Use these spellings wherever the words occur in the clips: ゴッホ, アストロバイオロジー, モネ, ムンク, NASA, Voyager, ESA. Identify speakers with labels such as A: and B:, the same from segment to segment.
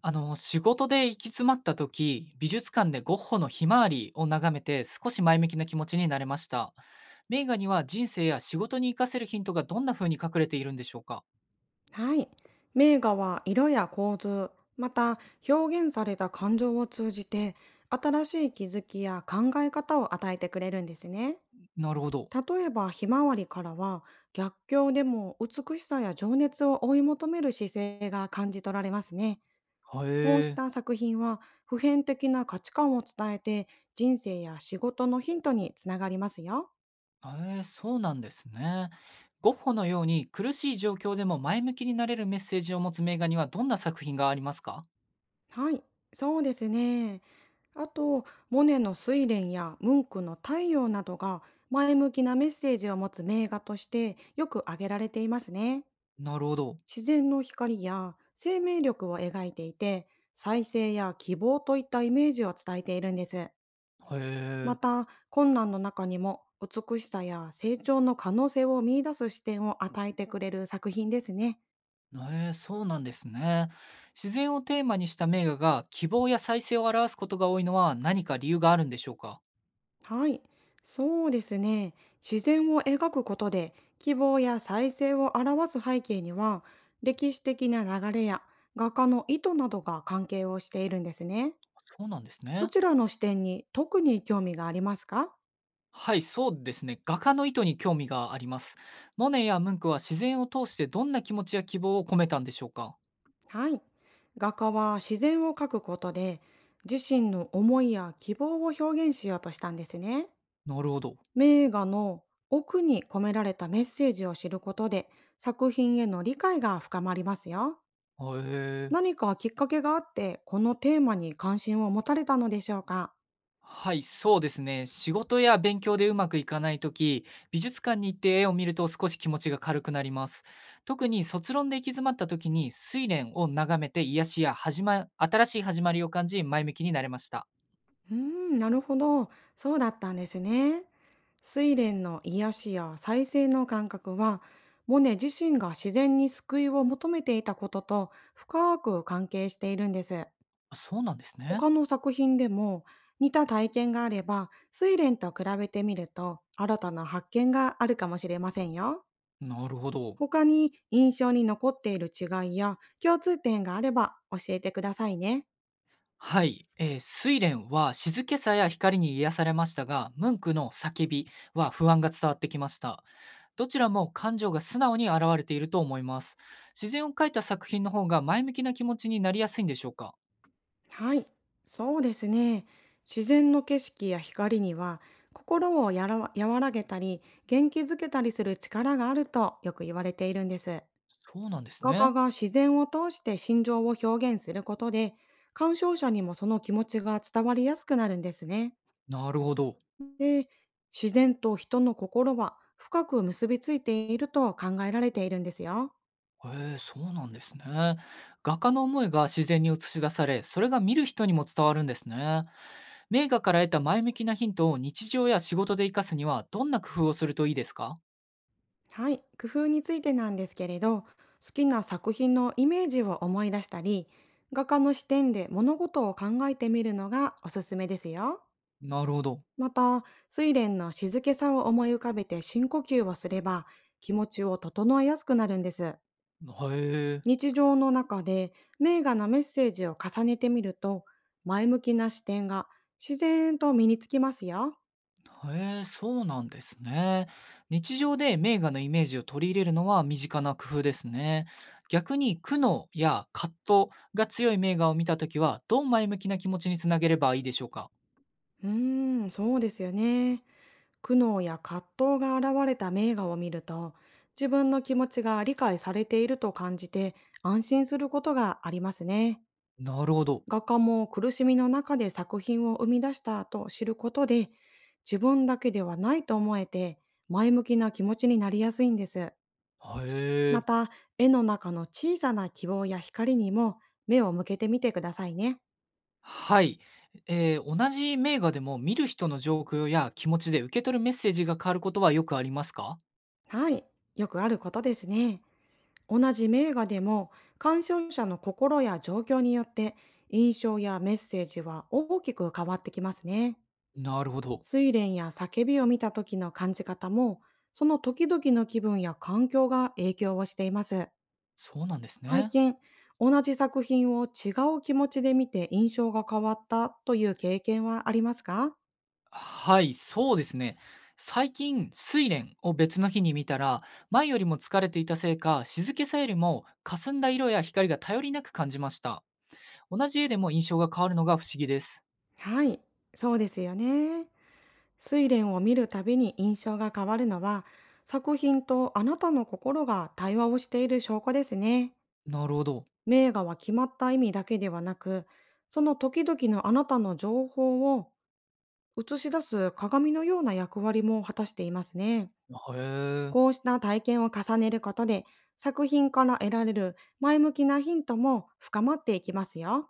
A: 仕事で行き詰まった時、美術館でゴッホのひまわりを眺めて少し前向きな気持ちになれました。名画には人生や仕事に生かせるヒントがどんな風に隠れているんでしょうか？
B: はい。名画は色や構図、また表現された感情を通じて、新しい気づきや考え方を与えてくれるんですね。
A: なるほど。
B: 例えば、ひまわりからは、逆境でも美しさや情熱を追い求める姿勢が感じ取られますね。
A: へ
B: こうし
A: え、
B: た作品は、普遍的な価値観を伝えて、人生や仕事のヒントにつながりますよ。
A: へえ、そうなんですね。ゴッホのように苦しい状況でも前向きになれるメッセージを持つ名画にはどんな作品がありますか？
B: はい、そうですね。あと、モネの睡蓮やムンクの太陽などが前向きなメッセージを持つ名画としてよく挙げられていますね。
A: なるほど。
B: 自然の光や生命力を描いていて、再生や希望といったイメージを伝えているんです。
A: へ
B: ま
A: え。
B: た、困難の中にも美しさや成長の可能性を見出す視点を与えてくれる作品ですね。
A: ええ、そうなんですね。自然をテーマにした名画が希望や再生を表すことが多いのは何か理由があるんでしょうか？
B: はい、そうですね。自然を描くことで希望や再生を表す背景には、歴史的な流れや画家の意図などが関係をしているんですね。
A: そうなんです
B: ど
A: ね。
B: ちらの視点に特に興味がありますか？
A: はい、そうですね。画家の意図に興味があります。モネやムンクは自然を通してどんな気持ちや希望を込めたんでしょうか？
B: はい。画家は自然を描くことで、自身の思いや希望を表現しようとしたんですね。
A: なるほど。
B: 名画の奥に込められたメッセージを知ることで、作品への理解が深まりますよ。
A: へえ。
B: 何かきっかけがあって、このテーマに関心を持たれたのでしょうか？
A: はい、そうですね。仕事や勉強でうまくいかないとき、美術館に行って絵を見ると少し気持ちが軽くなります。特に卒論で行き詰まったときに、睡蓮を眺めて癒しや新しい始まりを感じ、前向きになれました。
B: うーん、なるほど。そうだったんですね。睡蓮の癒しや再生の感覚は、モネ自身が自然に救いを求めていたことと深く関係しているんです。
A: あ、そうなんですね。
B: 他の作品でも似た体験があれば、睡蓮と比べてみると新たな発見があるかもしれませんよ。
A: なるほど。
B: 他に印象に残っている違いや共通点があれば教えてくださいね。
A: はい、睡蓮は静けさや光に癒されましたが、ムンクの叫びは不安が伝わってきました。どちらも感情が素直に表れていると思います。自然を描いた作品の方が前向きな気持ちになりやすいんでしょうか？
B: はい、そうですね。自然の景色や光には、心をやら和らげたり元気づけたりする力があるとよく言われているんです。
A: そうなんです
B: 画家
A: ね。
B: が自然を通して心情を表現することで、鑑賞者にもその気持ちが伝わりやすくなるんですね。
A: なるほど。
B: で、自然と人の心は深く結びついていると考えられているんですよ。
A: へえ、そうなんですね。画家の思いが自然に映し出され、それが見る人にも伝わるんですね。名画から得た前向きなヒントを日常や仕事で活かすには、どんな工夫をするといいですか？
B: はい、工夫についてなんですけれど、好きな作品のイメージを思い出したり、画家の視点で物事を考えてみるのがおすすめですよ。
A: なるほど。
B: また、睡蓮の静けさを思い浮かべて深呼吸をすれば、気持ちを整えやすくなるんです。
A: へえ。
B: 日常の中で名画のメッセージを重ねてみると、前向きな視点が自然と身につきますよ。
A: へえ、そうなんですね。日常で名画のイメージを取り入れるのは身近な工夫ですね。逆に苦悩や葛藤が強い名画を見たときは、どう前向きな気持ちにつなげればいいでしょうか？
B: うーん、そうですよね。苦悩や葛藤が現れた名画を見ると、自分の気持ちが理解されていると感じて、安心することがありますね。
A: なるほど。
B: 画家も苦しみの中で作品を生み出したと知ることで、自分だけではないと思えて、前向きな気持ちになりやすいんです。
A: へ
B: ま
A: え。
B: た、絵の中の小さな希望や光にも目を向けてみてくださいね。
A: はい。同じ名画でも見る人の状況や気持ちで受け取るメッセージが変わることはよくありますか？
B: はい、よくあることですね。同じ名画でも、鑑賞者の心や状況によって印象やメッセージは大きく変わってきますね。
A: なるほど。
B: 睡蓮や叫びを見た時の感じ方も、その時々の気分や環境が影響をしています。
A: そうなんです
B: 最
A: ね。
B: 近、同じ作品を違う気持ちで見て印象が変わったという経験はありますか？
A: はい、そうですね。最近、睡蓮を別の日に見たら、前よりも疲れていたせいか、静けさよりも霞んだ色や光が頼りなく感じました。同じ絵でも印象が変わるのが不思議です。
B: はい、そうですよね。睡蓮を見るたびに印象が変わるのは、作品とあなたの心が対話をしている証拠ですね。
A: なるほど。
B: 名画は決まった意味だけではなく、その時々のあなたの情報を映し出す鏡のような役割も果たしていますね。
A: へえ。
B: こうした体験を重ねることで、作品から得られる前向きなヒントも深まっていきますよ。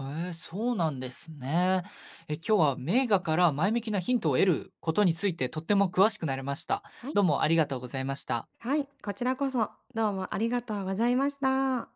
A: へえ、そうなんですね。今日は名画から前向きなヒントを得ることについてとっても詳しくなれました。
B: はい。
A: どうもありがとうございました。
B: はい、こちらこそどうもありがとうございました。